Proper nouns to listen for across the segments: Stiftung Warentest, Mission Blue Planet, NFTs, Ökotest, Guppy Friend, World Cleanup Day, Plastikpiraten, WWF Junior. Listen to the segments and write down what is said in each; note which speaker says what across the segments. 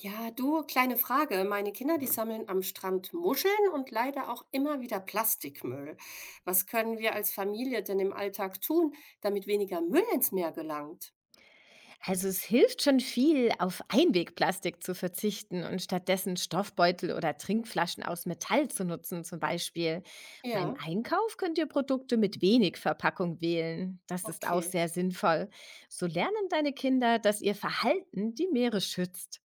Speaker 1: Ja, du, kleine Frage. Meine Kinder, die sammeln am Strand Muscheln und leider auch immer wieder Plastikmüll. Was können wir als Familie denn im Alltag tun, damit weniger Müll ins Meer gelangt?
Speaker 2: Also es hilft schon viel, auf Einwegplastik zu verzichten und stattdessen Stoffbeutel oder Trinkflaschen aus Metall zu nutzen zum Beispiel. Beim
Speaker 1: Ja,
Speaker 2: Einkauf könnt ihr Produkte mit wenig Verpackung wählen. Das ist auch
Speaker 1: okay.
Speaker 2: sehr sinnvoll. So lernen deine Kinder, dass ihr Verhalten die Meere schützt.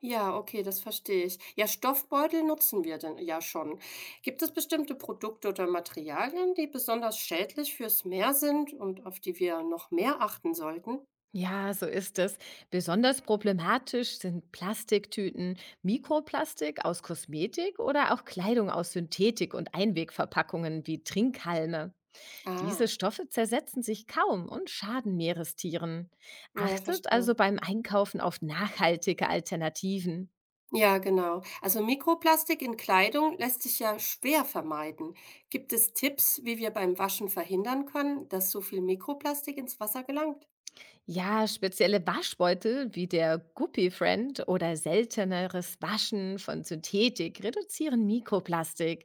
Speaker 1: Ja, okay, das verstehe ich. Ja, Stoffbeutel nutzen wir denn ja schon. Gibt es bestimmte Produkte oder Materialien, die besonders schädlich fürs Meer sind und auf die wir noch mehr achten sollten?
Speaker 2: Ja, so ist es. Besonders problematisch sind Plastiktüten, Mikroplastik aus Kosmetik oder auch Kleidung aus Synthetik und Einwegverpackungen wie Trinkhalme. Diese
Speaker 1: Ah,
Speaker 2: Stoffe zersetzen sich kaum und schaden Meerestieren.
Speaker 1: ja,
Speaker 2: Achtet
Speaker 1: verstehe.
Speaker 2: also beim Einkaufen auf nachhaltige Alternativen.
Speaker 1: Ja, genau. Also Mikroplastik in Kleidung lässt sich ja schwer vermeiden. Gibt es Tipps, wie wir beim Waschen verhindern können, dass so viel Mikroplastik ins Wasser gelangt?
Speaker 2: Ja, spezielle Waschbeutel wie der Guppy Friend oder selteneres Waschen von Synthetik reduzieren Mikroplastik.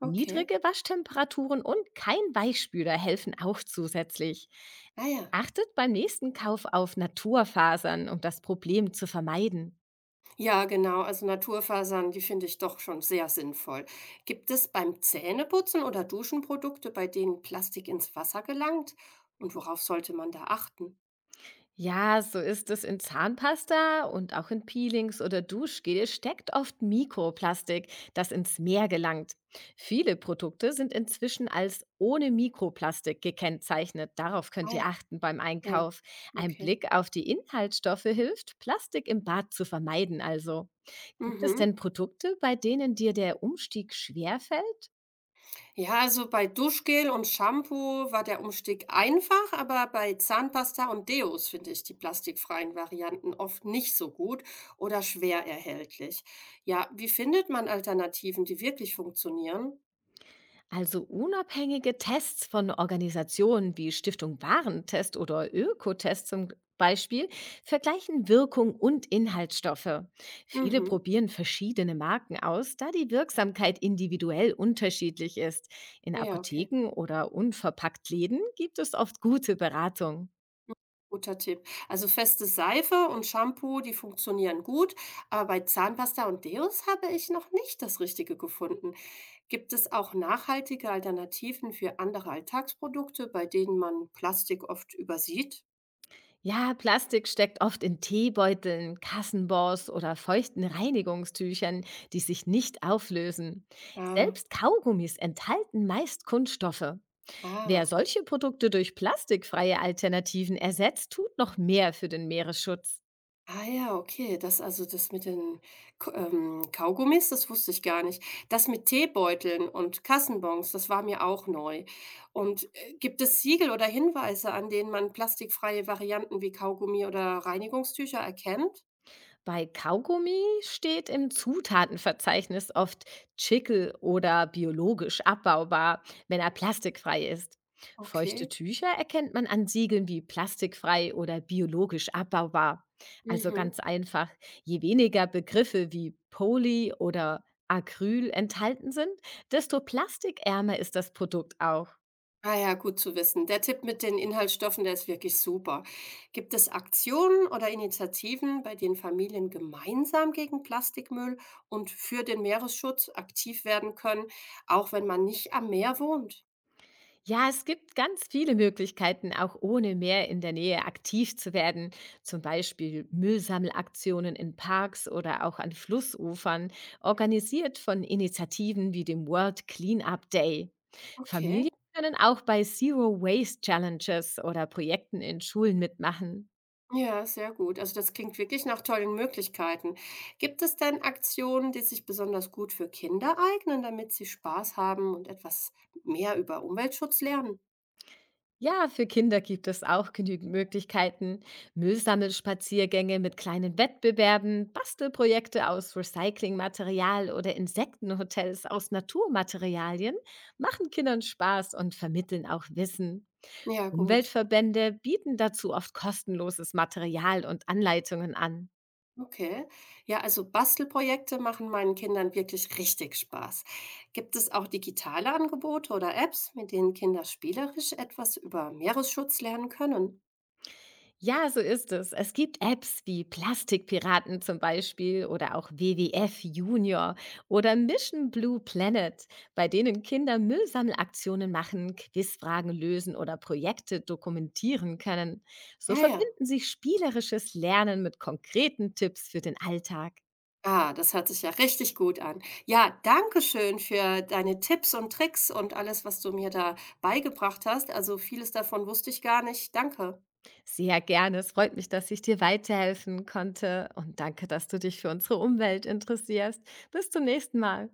Speaker 1: Okay.
Speaker 2: Niedrige Waschtemperaturen und kein Weichspüler helfen auch zusätzlich.
Speaker 1: Ah ja.
Speaker 2: Achtet beim nächsten Kauf auf Naturfasern, um das Problem zu vermeiden.
Speaker 1: Ja, genau. Also Naturfasern, die finde ich doch schon sehr sinnvoll. Gibt es beim Zähneputzen oder Duschen Produkte, bei denen Plastik ins Wasser gelangt? Und worauf sollte man da achten?
Speaker 2: Ja, so ist es, in Zahnpasta und auch in Peelings oder Duschgel steckt oft Mikroplastik, das ins Meer gelangt. Viele Produkte sind inzwischen als ohne Mikroplastik gekennzeichnet. Darauf könnt
Speaker 1: Ah
Speaker 2: ihr achten beim
Speaker 1: ja, ja,
Speaker 2: Einkauf. Ein
Speaker 1: okay.
Speaker 2: Blick auf die Inhaltsstoffe hilft, Plastik im Bad zu vermeiden also. Gibt es
Speaker 1: Mhm.
Speaker 2: denn Produkte, bei denen dir der Umstieg schwerfällt?
Speaker 1: Ja, also bei Duschgel und Shampoo war der Umstieg einfach, aber bei Zahnpasta und Deos finde ich die plastikfreien Varianten oft nicht so gut oder schwer erhältlich. Ja, wie findet man Alternativen, die wirklich funktionieren?
Speaker 2: Also unabhängige Tests von Organisationen wie Stiftung Warentest oder Ökotest zum Beispiel vergleichen Wirkung und Inhaltsstoffe. Viele
Speaker 1: Mhm.
Speaker 2: probieren verschiedene Marken aus, da die Wirksamkeit individuell unterschiedlich ist. In
Speaker 1: Ja, okay.
Speaker 2: Apotheken oder unverpackt Läden gibt es oft gute Beratung.
Speaker 1: Guter Tipp. Also feste Seife und Shampoo, die funktionieren gut, aber bei Zahnpasta und Deos habe ich noch nicht das Richtige gefunden. Gibt es auch nachhaltige Alternativen für andere Alltagsprodukte, bei denen man Plastik oft übersieht?
Speaker 2: Ja, Plastik steckt oft in Teebeuteln, Kassenbons oder feuchten Reinigungstüchern, die sich nicht auflösen.
Speaker 1: Ah,
Speaker 2: Selbst Kaugummis enthalten meist Kunststoffe. Wer
Speaker 1: ah.
Speaker 2: solche Produkte durch plastikfreie Alternativen ersetzt, tut noch mehr für den Meeresschutz.
Speaker 1: Ah ja, okay, das also das mit den K Kaugummis, das wusste ich gar nicht. Das mit Teebeuteln und Kassenbons, das war mir auch neu. Gibt es Siegel oder Hinweise, an denen man plastikfreie Varianten wie Kaugummi oder Reinigungstücher erkennt?
Speaker 2: Bei Kaugummi steht im Zutatenverzeichnis oft Chickel oder biologisch abbaubar, wenn er plastikfrei ist. Feuchte
Speaker 1: Okay.
Speaker 2: Tücher erkennt man an Siegeln wie plastikfrei oder biologisch abbaubar. Also
Speaker 1: Mhm.
Speaker 2: ganz einfach, je weniger Begriffe wie Poly oder Acryl enthalten sind, desto plastikärmer ist das Produkt auch.
Speaker 1: Ah ja, gut zu wissen. Der Tipp mit den Inhaltsstoffen, der ist wirklich super. Gibt es Aktionen oder Initiativen, bei denen Familien gemeinsam gegen Plastikmüll und für den Meeresschutz aktiv werden können, auch wenn man nicht am Meer wohnt?
Speaker 2: Ja, es gibt ganz viele Möglichkeiten, auch ohne Meer in der Nähe aktiv zu werden. Zum Beispiel Müllsammelaktionen in Parks oder auch an Flussufern, organisiert von Initiativen wie dem World Cleanup Day.
Speaker 1: Okay,
Speaker 2: Familien können auch bei Zero Waste Challenges oder Projekten in Schulen mitmachen.
Speaker 1: ja, sehr gut. Also das klingt wirklich nach tollen Möglichkeiten. Gibt es denn Aktionen, die sich besonders gut für Kinder eignen, damit sie Spaß haben und etwas mehr über Umweltschutz lernen?
Speaker 2: Ja, für Kinder gibt es auch genügend Möglichkeiten. Müllsammelspaziergänge mit kleinen Wettbewerben, Bastelprojekte aus Recyclingmaterial oder Insektenhotels aus Naturmaterialien machen Kindern Spaß und vermitteln auch Wissen.
Speaker 1: Ja, gut.
Speaker 2: Umweltverbände bieten dazu oft kostenloses Material und Anleitungen an.
Speaker 1: Okay. Ja, also Bastelprojekte machen meinen Kindern wirklich richtig Spaß. Gibt es auch digitale Angebote oder Apps, mit denen Kinder spielerisch etwas über Meeresschutz lernen können?
Speaker 2: Ja, so ist es. Es gibt Apps wie Plastikpiraten zum Beispiel oder auch WWF Junior oder Mission Blue Planet, bei denen Kinder Müllsammelaktionen machen, Quizfragen lösen oder Projekte dokumentieren können. So
Speaker 1: Ah ja.
Speaker 2: verbinden sich spielerisches Lernen mit konkreten Tipps für den Alltag.
Speaker 1: Ah, das hört sich ja richtig gut an. Ja, danke schön für deine Tipps und Tricks und alles, was du mir da beigebracht hast. Also vieles davon wusste ich gar nicht. Danke.
Speaker 2: Sehr gerne. Es freut mich, dass ich dir weiterhelfen konnte, und danke, dass du dich für unsere Umwelt interessierst. Bis zum nächsten Mal.